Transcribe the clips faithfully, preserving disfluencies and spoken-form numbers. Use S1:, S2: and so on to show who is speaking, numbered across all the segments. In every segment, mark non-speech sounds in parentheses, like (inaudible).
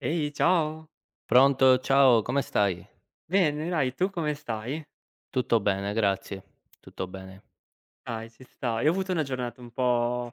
S1: Ehi, ciao.
S2: Pronto, ciao, come stai?
S1: Bene, dai, tu come stai?
S2: Tutto bene, grazie. Tutto bene.
S1: Dai, ci sta. Io ho avuto una giornata un po'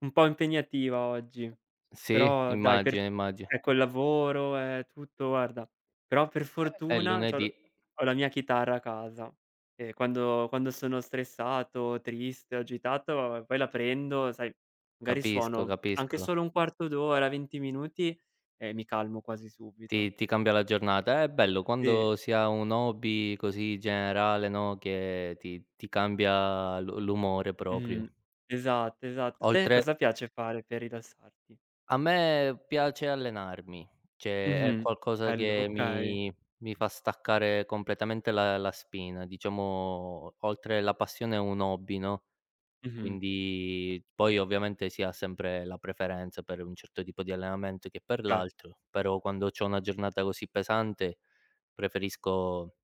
S1: un po' impegnativa oggi,
S2: Sì,
S1: però dai
S2: immagino,
S1: per eh,
S2: immagino.
S1: col lavoro e tutto, guarda, però per
S2: È
S1: fortuna c'ho
S2: lunedì,
S1: l ho la mia chitarra a casa e quando quando sono stressato, triste, agitato, poi la prendo, sai, magari
S2: capisco,
S1: suono anche
S2: capisco.
S1: solo un quarto d'ora, venti minuti e mi calmo quasi
S2: Ti
S1: subito.
S2: ti cambia la giornata. È bello
S1: Sì.
S2: quando si ha un hobby così generale, no, che ti ti cambia l'u l'umore proprio.
S1: Mh. Esatto, esatto. Te
S2: Oltre
S1: cosa piace fare per rilassarti?
S2: a me piace allenarmi, cioè è
S1: Mh-mh.
S2: qualcosa
S1: Bello,
S2: che
S1: okay.
S2: mi mi fa staccare completamente la la spina. Diciamo, oltre la passione è un hobby, no?
S1: Mh-mh.
S2: Quindi poi ovviamente si ha sempre la preferenza per un certo tipo di allenamento che per
S1: Cer
S2: l'altro, però quando c'ho una giornata così pesante preferisco,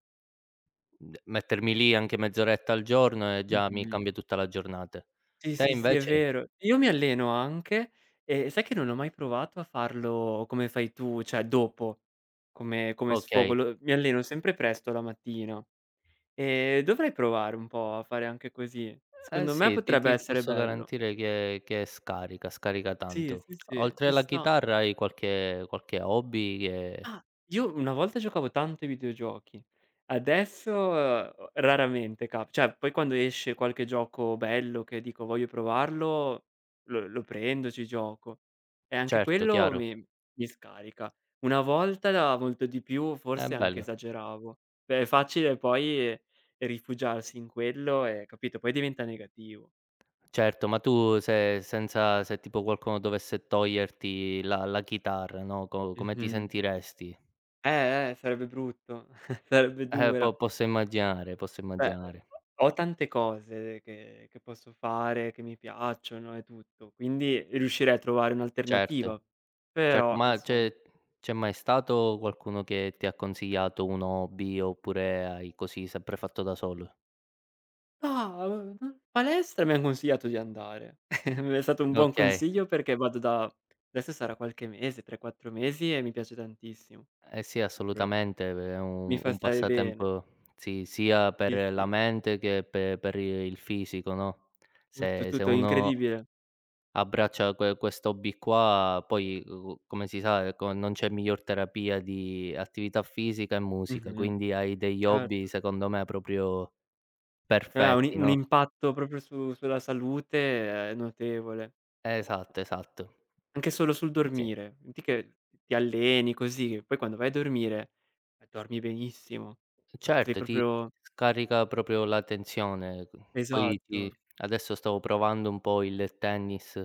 S2: mhmm, mettermi lì anche mezz'oretta al giorno e già mi
S1: Mh-mh.
S2: cambia tutta la giornata.
S1: Sì,
S2: Te
S1: sì, sì, è
S2: invece?
S1: vero. Io mi alleno anche e sai che non ho mai provato a farlo come fai tu, cioè dopo, come come sfogo.
S2: Okay.
S1: Lo Mi alleno sempre presto la mattina e dovrei provare un po' a fare anche così.
S2: Eh
S1: Secondo me
S2: sì, ti
S1: potrebbe
S2: ti ti
S1: essere
S2: posso
S1: bello.
S2: garantire che che scarica, scarica
S1: Sì,
S2: tanto.
S1: sì, sì,
S2: Oltre
S1: ci
S2: alla
S1: sta.
S2: chitarra hai qualche qualche hobby che.
S1: Ah, io una volta giocavo tanto ai videogiochi, adesso, uhm, raramente cap cioè poi quando esce qualche gioco bello che dico: "Voglio provarlo", lo lo prendo, ci gioco. E anche
S2: Certo,
S1: quello
S2: chiaro.
S1: mi mi scarica. Una volta molto di più,
S2: Eh
S1: forse anche
S2: bello.
S1: esageravo. Beh, è facile poi rifugiarsi in quello e capito, poi diventa negativo.
S2: Certo, ma tu se senza se tipo qualcuno dovesse toglierti la la chitarra, no, co come ti
S1: Mh-mh.
S2: sentiresti?
S1: Eh, eh, sarebbe brutto, (laughs) sarebbe
S2: Eh, po
S1: dura.
S2: posso immaginare, posso
S1: Beh,
S2: immaginare.
S1: ho tante cose che che posso fare, che mi piacciono e tutto, quindi riuscirei a trovare
S2: Certo,
S1: un'alternativa.
S2: certo,
S1: Però
S2: ma c'è
S1: insomma
S2: c'è mai stato qualcuno che ti ha consigliato un hobby, oppure hai così sempre fatto da solo?
S1: ah, uhm, n palestra mi han consigliato di andare. (laughs) È stato un buon
S2: Okay,
S1: consiglio perché vado da adesso sarà qualche mese, tre, quattro mesi e mi piace tantissimo.
S2: eh sì
S1: Proprio
S2: assolutamente, è
S1: mi
S2: un
S1: fa
S2: un
S1: stare bene.
S2: passatempo sì, sia
S1: Sì,
S2: per la
S1: sì,
S2: mente che pe per il fisico, no,
S1: tutto,
S2: se se
S1: tutto è
S2: uno
S1: incredibile.
S2: abbraccia que questo hobby qua, poi, uhm, come si sa, ecco, non c'è miglior terapia di attività fisica e musica,
S1: Mh-mh,
S2: quindi hai degli hobby
S1: certo.
S2: secondo me proprio
S1: Eh, ha un i
S2: perfetti,
S1: un
S2: no?
S1: impatto proprio su sulla salute eh, notevole.
S2: Esatto, esatto.
S1: Anche solo sul
S2: Sì.
S1: dormire. Metti che ti alleni così, che poi quando vai a dormire, ehm, dormi benissimo. Cioè sei
S2: Certo, ti
S1: proprio
S2: scarica proprio la tensione. Poi ti
S1: esatto.
S2: Adesso stavo provando un po' il tennis.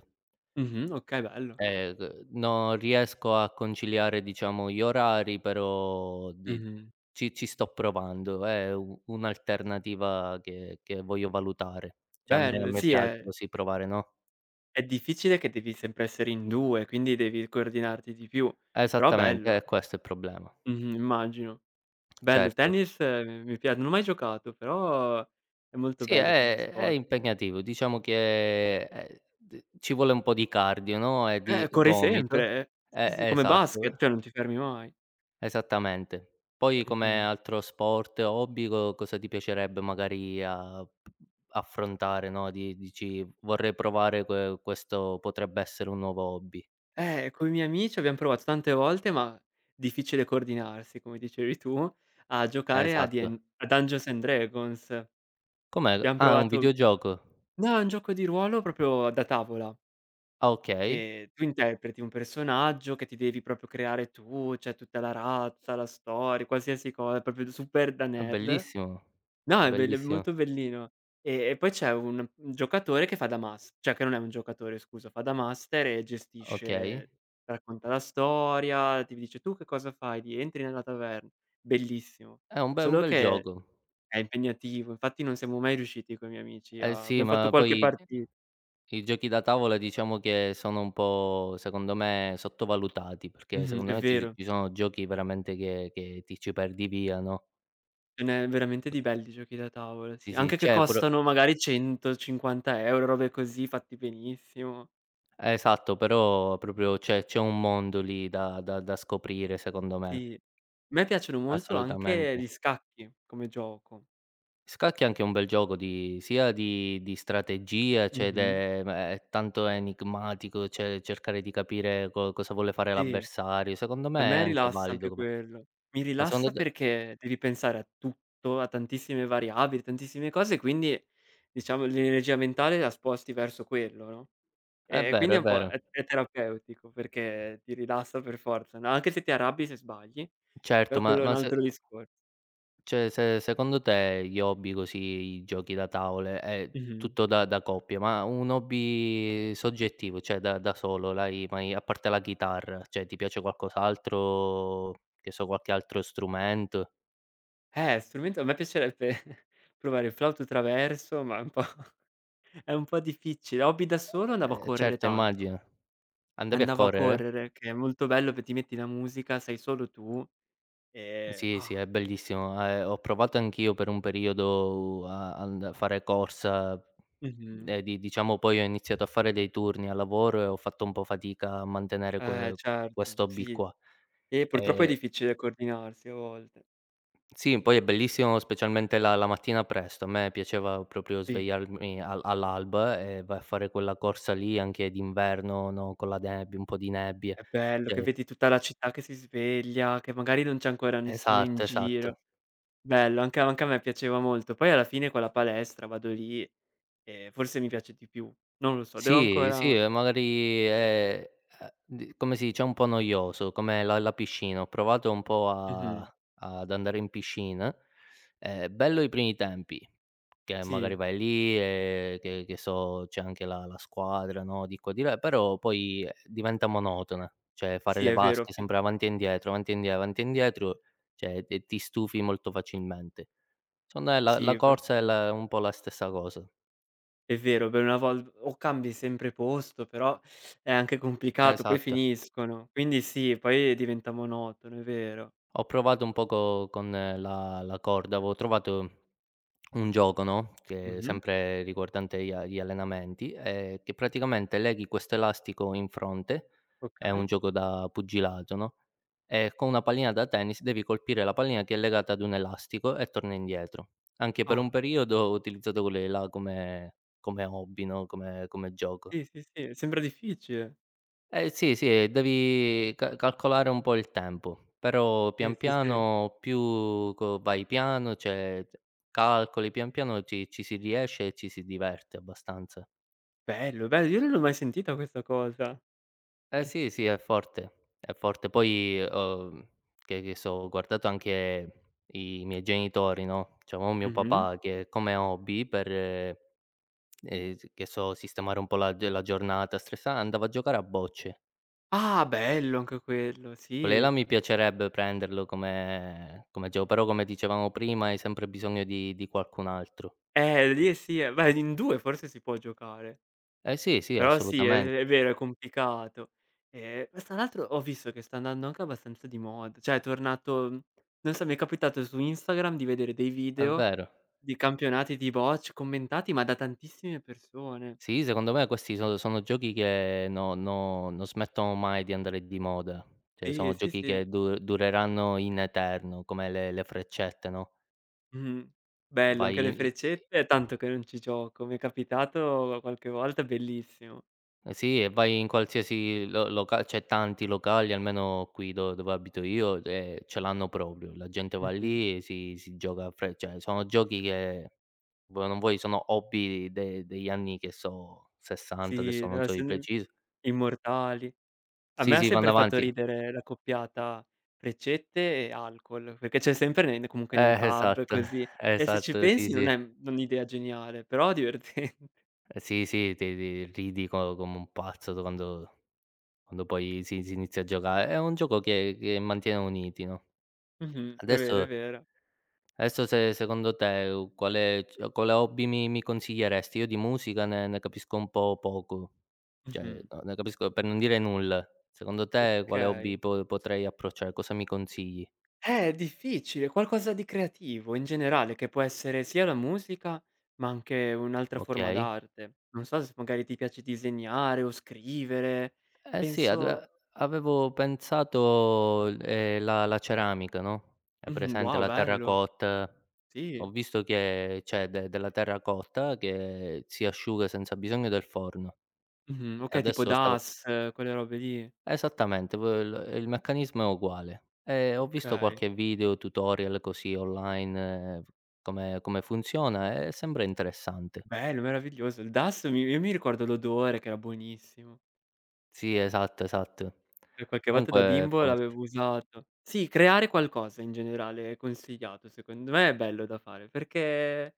S1: Mh-mh, okay, bello.
S2: Eh, g non riesco a conciliare, diciamo, gli orari, però di
S1: Mh-mh.
S2: ci ci sto provando. È u un'alternativa che che voglio valutare. Cioè a me a
S1: Bello,
S2: me
S1: sì,
S2: piace
S1: è
S2: così provare, no?
S1: è difficile che devi sempre essere in due, quindi devi coordinarti di più, però
S2: Esattamente, eh,
S1: bello.
S2: questo è il problema.
S1: Mh-mh, immagino. Bello, il
S2: Certo.
S1: tennis eh, mi pia non ho mai giocato, però è molto
S2: Sì,
S1: bello come
S2: è è
S1: sport.
S2: impegnativo. Diciamo che, ehm, d ci vuole un po' di cardio, no, e di
S1: Eh, corri
S2: gomito.
S1: sempre, eh. Sì, sì,
S2: Eh,
S1: come basket,
S2: esatto.
S1: cioè non ti fermi mai.
S2: Esattamente. Poi come
S1: Mh-mh.
S2: altro sport, hobby, co cosa ti piacerebbe magari a p affrontare, no, di dici: "Vorrei provare que questo potrebbe essere un nuovo hobby."
S1: Eh, coi miei amici abbiam provato tante volte, ma difficile coordinarsi, come dicevi tu, a giocare a D en
S2: Esatto.
S1: a Dungeons& and Dragons.
S2: Com'è?
S1: Abbiam
S2: Ah, è un
S1: provato
S2: videogioco?
S1: No, è un gioco di ruolo proprio da tavola,
S2: Ah, okay.
S1: che tu interpreti un personaggio che ti devi proprio creare tu, c'è tutta la razza, la storia, qualsiasi cosa, proprio super da
S2: Ah,
S1: nerd.
S2: bellissimo,
S1: No, è bell è
S2: bellissimo.
S1: molto bellino. E e poi c'è un giocatore che fa da mas cioè che non è un giocatore, scusa, fa da master e
S2: Okay.
S1: gestisce racconta la storia, ti dice: "Tu che cosa fai?" Di: "Entri nella taverna." Bellissimo.
S2: È un bel un
S1: Solo
S2: bel
S1: che
S2: gioco.
S1: è impegnativo, infatti non siamo mai riusciti coi miei amici
S2: Eh
S1: a
S2: sì,
S1: abbiam fatto
S2: ma
S1: qualche
S2: poi
S1: parti
S2: i giochi da tavola diciamo che sono un po', secondo me, sottovalutati, perché
S1: mh-mh,
S2: secondo
S1: è
S2: me ci
S1: vero.
S2: ci sono giochi veramente che che ti ci perdi via, no,
S1: Ce n'è veramente di belli giochi da tavola,
S2: sì,
S1: sì.
S2: sì,
S1: Anche che
S2: c'è pro
S1: costano magari centocinquanta euro €, robe così, fatti benissimo.
S2: eh, esatto, però proprio c'è c'è un mondo lì da da da scoprire secondo me,
S1: Sì, a me piacciono molto
S2: assolutamente.
S1: anche gli scacchi come gioco.
S2: Scacchi è anche un
S1: E
S2: bel gioco di sia di di strategia, cioè
S1: Mh-mh,
S2: de ma è tanto enigmatico, cioè cercare di capire co cosa vuole fare
S1: sì,
S2: l'avversario, secondo
S1: a
S2: me è
S1: me
S2: anche
S1: rilassa
S2: valido
S1: anche
S2: come.
S1: quello. Mi
S2: Ma secondo
S1: rilassa
S2: te
S1: perché devi pensare a tutto, a tantissime variabili, tantissime cose, quindi diciamo l'energia mentale la sposti verso quello, no,
S2: è
S1: e e
S2: vero,
S1: quindi
S2: è
S1: è un po'
S2: vero.
S1: è è terapeutico perché ti rilassa per forza, no, anche se ti arrabbi se sbagli,
S2: Certo,
S1: però
S2: ma
S1: quello è un
S2: ma se
S1: altro discor
S2: cioè se secondo te gli hobby così, i giochi da tavole, è
S1: mh-mh.
S2: tutto da da coppie, ma un hobby soggettivo, cioè da da solo, l'hai mai a parte la chitarra, cioè ti piace qualcos'altro, che so, qualche altro strumento?
S1: Eh, strumento a me piacerebbe (laughs) provare il flauto traverso, ma un po' è un po' difficile. Hobby da solo andavo a
S2: Eh
S1: correre
S2: certo
S1: tanto.
S2: immagino. Andavi a
S1: Andavo a
S2: correre?
S1: correre, che è molto bello che ti metti la musica, sei solo tu e
S2: Sì, sì,
S1: ah.
S2: è bellissimo. Ehm, ho provato anch'io per un periodo a and a fare corsa,
S1: Mh-mh.
S2: ehm, di diciamo poi ho iniziato a fare dei turni al lavoro e ho fatto un po' fatica a mantenere
S1: Eh,
S2: que
S1: certo,
S2: questo hobby
S1: sì.
S2: qua.
S1: E purtroppo è
S2: Ehm,
S1: difficile coordinarsi a volte.
S2: sì, poi è bellissimo specialmente la la mattina presto. A me piaceva proprio
S1: Sì,
S2: svegliarmi al all'alba e vai a fare quella corsa lì anche d'inverno, no, con la nebbia un po' di nebbie.
S1: è bello che
S2: Cioè
S1: vedi tutta la città che si sveglia, che magari non c'è ancora nessuno in
S2: esatto,
S1: giro.
S2: esatto.
S1: Bello, anche a anche a me piaceva molto. Poi alla fine con la palestra vado lì e forse mi piace di più. Non lo so, devo
S2: Sì, sì,
S1: ancora
S2: e magari è uhm, di come si dice, un po' noioso, come la la piscina. Ho provato un po' a
S1: mh-mh.
S2: ad andare in piscina. È bello i primi tempi, che magari
S1: Sì,
S2: vai lì e che che so, c'è anche la la squadra, no, di qua, di là, però poi, ehm, diventa monotona. Cioè fare
S1: sì
S2: le
S1: è vero,
S2: vasche
S1: fi
S2: sempre avanti e indietro, avanti e indie avanti e indietro, cioè t ti stufi molto facilmente. Secondo me la la
S1: sì, poi
S2: corsa è
S1: mh.
S2: la un po' la stessa cosa.
S1: È vero, per una vol o cambi sempre posto, però è anche complicato, poi
S2: Esatto.
S1: finiscono. Quindi sì, poi diventa monotono, è vero.
S2: Ho provato un poco con eh, la la corda, avevo trovato un gioco, no, che è
S1: Mh-mh.
S2: sempre riguardante gli a gli allenamenti, ehm, che praticamente leghi questo elastico in fronte, è un
S1: Okay.
S2: gioco da pugilato, no, e con una pallina da tennis devi colpire la pallina che è legata ad un elastico e torna indietro. Anche per un
S1: Ah,
S2: periodo ho utilizzato quelle là come come hobby, no, come come gioco.
S1: sì, sì, sì, sembra difficile.
S2: Eh sì, sì, e devi ca calcolare un po' il tempo, però
S1: Sì,
S2: pian
S1: sì, sì.
S2: piano più co vai piano, cioè calcoli pian piano ci ci si riesce e ci si diverte abbastanza.
S1: Bello, bello, io non l'ho mai sentita questa cosa.
S2: Eh sì, sì, è forte, è forte. Poi, uhm, che che so, ho guardato anche i miei genitori, no, c'avevo mio
S1: Mh-mh.
S2: papà che come hobby per, ehm, che so, sistemare un po' la g la giornata stressa andava a giocare a bocce.
S1: Ah, bello anche quello,
S2: Quelli là
S1: sì.
S2: mi piacerebbe prenderlo come come gioco, però come dicevamo prima hai sempre bisogno di di qualcun altro.
S1: Eh, lì sì, eh, beh, in due forse si può giocare.
S2: Eh sì, sì,
S1: Però sì,
S2: assolutamente,
S1: è è vero, è complicato. Ehm, ma tra l'altro ho visto che sta andando anche abbastanza di moda, cioè è tornato, mhmm, non so, mi è capitato su Instagram di vedere dei
S2: è
S1: video
S2: vero.
S1: di campionati di bocce commentati, ma da tantissime persone.
S2: Sì, secondo me questi sono sono giochi che no no non smettono mai di andare di moda. Cioè sono
S1: Sì, sì,
S2: giochi
S1: sì.
S2: che du dureranno in eterno, come le le freccette, no?
S1: Mh-mh. Bello,
S2: Vai i
S1: anche le
S2: i
S1: freccette è tanto che non ci gioco. Mi è capitato qualche volta, è bellissimo.
S2: Eh sì, e vai in qualsiasi lo loca c'è tanti locali, almeno qui do dove abito io, ehm, ce l'hanno proprio. La gente va
S1: Mh-mh.
S2: lì e si si gioca a fre cioè sono giochi che vuoi o non vuoi sono hobby de degli anni che so, 'sessanta,
S1: Sì,
S2: adesso non
S1: no,
S2: so di
S1: sono im
S2: preciso.
S1: immortali. A
S2: Sì,
S1: me ha
S2: sì, vanno
S1: sempre fatto
S2: avanti.
S1: ridere la coppiata ricette e alcol, perché c'è sempre nei, comunque nei
S2: Eh,
S1: pub
S2: esatto, (laughs)
S1: così, e se ci
S2: esatto, sì,
S1: pensi non
S2: sì.
S1: è un'idea geniale, però (laughs) divertente.
S2: Eh sì, sì, ti ti ridi co come un pazzo da quando quando poi si si inizia a giocare. È un gioco che che mantiene uniti, no.
S1: Mh-mh, è vero, è
S2: Adesso
S1: vero.
S2: Adesso se secondo te, uhm, quale c quale hobby mi mi consiglieresti? Io di musica ne ne capisco un po' poco, cioè
S1: Mh-mh.
S2: no, ne capisco per non dire nulla. Secondo te quale hobby
S1: Okay.
S2: po potrei approcciare? Cosa mi consigli?
S1: Eh, è difficile, qualcosa di creativo in generale, che può essere sia la musica, ma anche un'altra forma
S2: Okay.
S1: d'arte. Non so se magari ti piace disegnare o scrivere,
S2: Eh sì, ad
S1: penso
S2: avevo pensato, ehm, la la ceramica, no, è
S1: mh-mh,
S2: presente
S1: wow
S2: la
S1: bello,
S2: terracotta. Ho
S1: sì.
S2: visto che c'è de della terracotta che si asciuga senza bisogno del forno
S1: Mh-mh,
S2: e
S1: okay, tipo
S2: adesso stavo.
S1: DAS, quelle robe lì.
S2: Esattamente, poi il il meccanismo è uguale. Ehm, ho visto
S1: Okay.
S2: qualche video, tutorial così online, f come come funziona e sembra interessante.
S1: Bello, meraviglioso. Il DAS mi io mi ricordo l'odore che era buonissimo.
S2: Sì, esatto, esatto.
S1: E qualche volta
S2: Comunque
S1: da
S2: è
S1: bimbo
S2: forte.
S1: l'avevo usato. Sì, creare qualcosa in generale è consigliato, secondo me è bello da fare, perché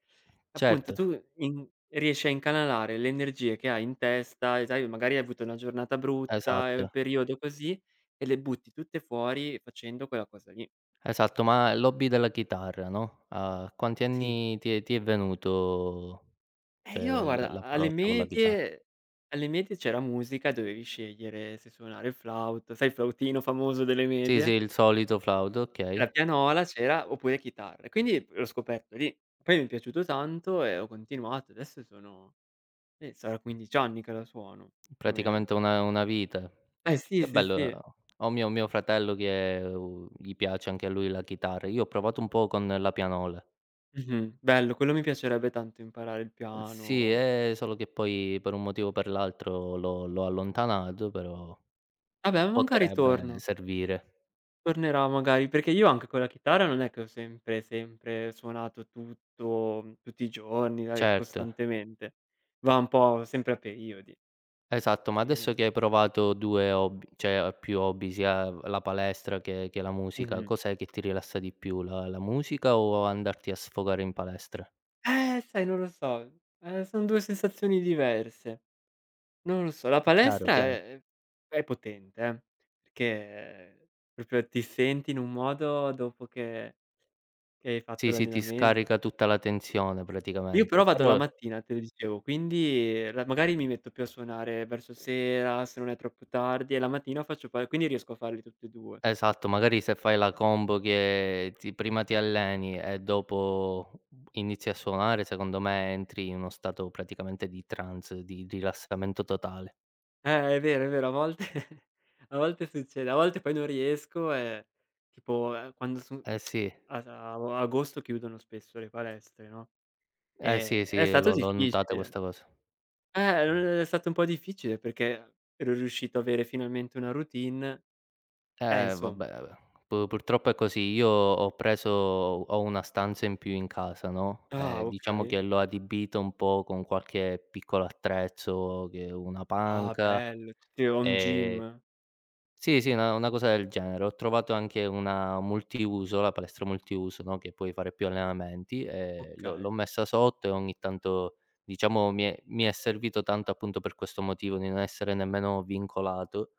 S1: appunto
S2: Certo,
S1: tu in riesci a incanalare le energie che hai in testa e sai, magari hai avuto una giornata brutta, è un
S2: esatto,
S1: periodo così, e le butti tutte fuori facendo quella cosa lì.
S2: esatto. Ma l'hobby della chitarra, no, a quanti
S1: Sì.
S2: anni ti è ti è venuto,
S1: Eh, io
S2: cioè, l
S1: guarda, alle
S2: l'approccio con la chita.
S1: medie alle medie c'era musica, dovevi scegliere se suonare il flauto, sai il flautino famoso delle
S2: Sì, sì,
S1: medie?
S2: il solito flauto,
S1: E
S2: okay.
S1: la pianola c'era oppure chitarra. Quindi l'ho scoperto lì. Poi mi è piaciuto tanto e ho continuato. Adesso sono eh, sarà quindici anni che la suono, più o meno.
S2: Praticamente una una vita.
S1: Eh sì,
S2: Che
S1: sì,
S2: bello,
S1: sì.
S2: ehm, ho mio mio fratello che, uhm, gli piace anche a lui la chitarra. Io ho provato un po' con la pianola.
S1: Mh-mh. Bello, quello mi piacerebbe tanto imparare il
S2: Uhm, sì,
S1: piano.
S2: ehm, solo che poi per un motivo o per l'altro l'ho l'ho allontanato, però
S1: Vabbè, ma magari
S2: potrebbe
S1: torno.
S2: servire.
S1: Tornerà magari, perché io anche con la chitarra non è che ho sempre, sempre suonato tutto, mhmm, tutti i giorni, dai,
S2: Certo,
S1: costantemente. Va un po' sempre a periodi,
S2: esatto, ma adesso
S1: quindi
S2: che hai provato due hobby cioè più hobby, sia la palestra che che la musica,
S1: mh-mh.
S2: cos'è che ti rilassa di più? La la musica o andarti a sfogare in palestra?
S1: Eh, sai, non lo so, ehm, son due sensazioni diverse. Non lo so, la
S2: Chiaro,
S1: palestra
S2: chiaro.
S1: è è potente, eh, perché proprio ti senti in un modo dopo che che hai fatto
S2: Sì, sì, ti scarica
S1: l'allenamento.
S2: tutta la tensione
S1: Io però
S2: praticamente,
S1: vado la
S2: però
S1: mattina, te lo dicevo, quindi la magari mi metto più a suonare verso sera, se non è troppo tardi e la mattina faccio, poi quindi riesco a farli tutti e due.
S2: Esatto, magari se fai la combo che ti prima ti alleni e dopo inizi a suonare, secondo me entri in uno stato praticamente di trance, di rilassamento totale.
S1: Eh, è vero, è vero, a volte (laughs) a volte succede, a volte poi non riesco e tipo, ehm, quando son
S2: Eh
S1: (tsk)
S2: sì,
S1: a a agosto chiudono spesso le palestre, no,
S2: eh sì,
S1: ehm, è
S2: sì,
S1: stato
S2: l'ho l'ho notata
S1: difficile.
S2: questa cosa.
S1: Eh, è stato un po' difficile perché ero riuscito ad avere finalmente una routine eh,
S2: Eh
S1: insomma.
S2: vabbè, vabbè. Pu Purtroppo è così. Io ho preso ho una stanza in più in casa, no, ehm,
S1: Ah,
S2: diciamo che
S1: okay.
S2: l'ho adibita un po' con qualche piccolo attrezzo che una
S1: Ah,
S2: panca,
S1: bello, tipo un
S2: ehm
S1: gym.
S2: Sì, sì, una una cosa del genere. Ho trovato anche una multiuso, la palestra multiuso, no, che puoi fare più allenamenti, ehm, l'ho
S1: Okay,
S2: l'ho messa sotto e ogni tanto, diciamo, mi è mi è servito tanto appunto per questo motivo, di non essere nemmeno vincolato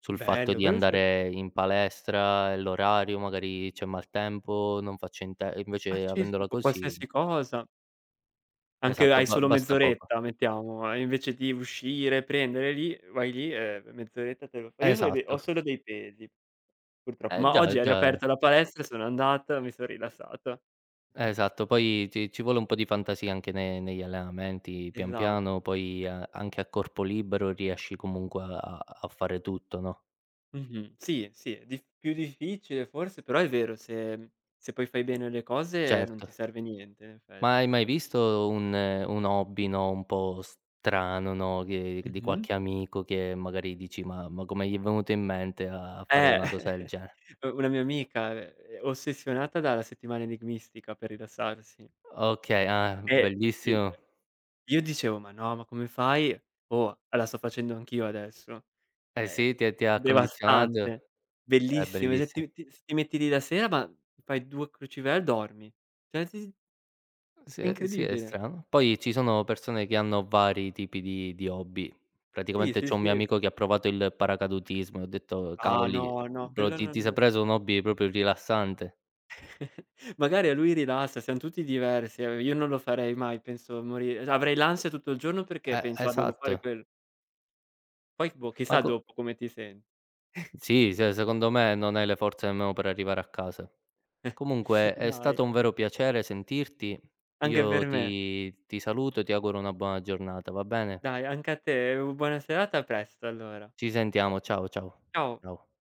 S2: sul fatto
S1: bello,
S2: di
S1: quello sare
S2: andare in palestra e l'orario, magari c'è maltempo, non faccio in te
S1: ah
S2: invece
S1: sì, sì,
S2: avendola
S1: qu
S2: così
S1: qualsiasi cosa. Anche
S2: esatto,
S1: hai
S2: ba
S1: solo
S2: basta poco.
S1: mezz'oretta mettiamo, e invece di uscire, prendere lì vai lì e mezz'oretta te lo fai. Io so de ho
S2: Esatto.
S1: solo dei pesi purtroppo,
S2: Eh
S1: ma
S2: già,
S1: oggi è
S2: già.
S1: riaperta la palestra, sono andato, mi sono rilassato.
S2: Eh, esatto, poi ci ci vuole un po' di fantasia anche ne negli allenamenti, pian
S1: Esa
S2: piano poi a anche a corpo libero riesci comunque a a a fare tutto, no,
S1: Mh-mh. Sì, sì, è dif più difficile forse, però è vero, se se poi fai bene le cose non
S2: certo.
S1: ti serve niente in
S2: Ma hai
S1: effetti.
S2: mai visto un eh, un hobby, no, un po' strano, no, che di
S1: Mh-mh.
S2: qualche amico che magari dici: "Ma ma come gli è venuto in mente a fare
S1: Eh,
S2: una cosa del
S1: (laughs)
S2: genere?"
S1: u una mia amica è ossessionata dalla settimana enigmistica per rilassarsi.
S2: Okay, ah,
S1: E i
S2: bellissimo.
S1: Io dicevo: "Ma no, ma come fai?" Oh, la sto facendo anch'io adesso.
S2: Eh
S1: È
S2: sì, ti ha ti ha
S1: devastante,
S2: condizionato? È
S1: bellissimo, se
S2: belliss
S1: ti ti ti metti lì la sera, ma fai due crucivè e dormi. Cioè ti
S2: Sì,
S1: è
S2: è sì, è
S1: incredibile.
S2: strano. Poi ci sono persone che hanno vari tipi di di hobby.
S1: Sì,
S2: Praticamente
S1: sì,
S2: c'ho un mio
S1: sì.
S2: amico che ha provato il paracadutismo e ho detto:
S1: Ah
S2: "Cavoli,
S1: no, no,
S2: bro,
S1: quello
S2: ti ti sei
S1: non
S2: preso un hobby proprio rilassante."
S1: (laughs) magari a lui rilassa, siam tutti diversi, ehm, io non lo farei mai, penso morire, cioè avrei l'ansia tutto il giorno perché
S2: Eh,
S1: penso: "Ah, devo fare
S2: esatto.
S1: quello." Poi, boh,
S2: Ma
S1: chissà
S2: co
S1: dopo come ti senti.
S2: Sì, se secondo me non hai le forze nemmeno per arrivare a casa. Comunque
S1: (laughs)
S2: è
S1: Dai,
S2: stato un vero piacere sentirti.
S1: anche per
S2: Io
S1: me.
S2: ti ti saluto e ti auguro una buona giornata, va bene?
S1: Dai, anche a te, u buona serata, a presto allora.
S2: Ci sentiamo, ciao, ciao.
S1: Ciao.
S2: Ciao.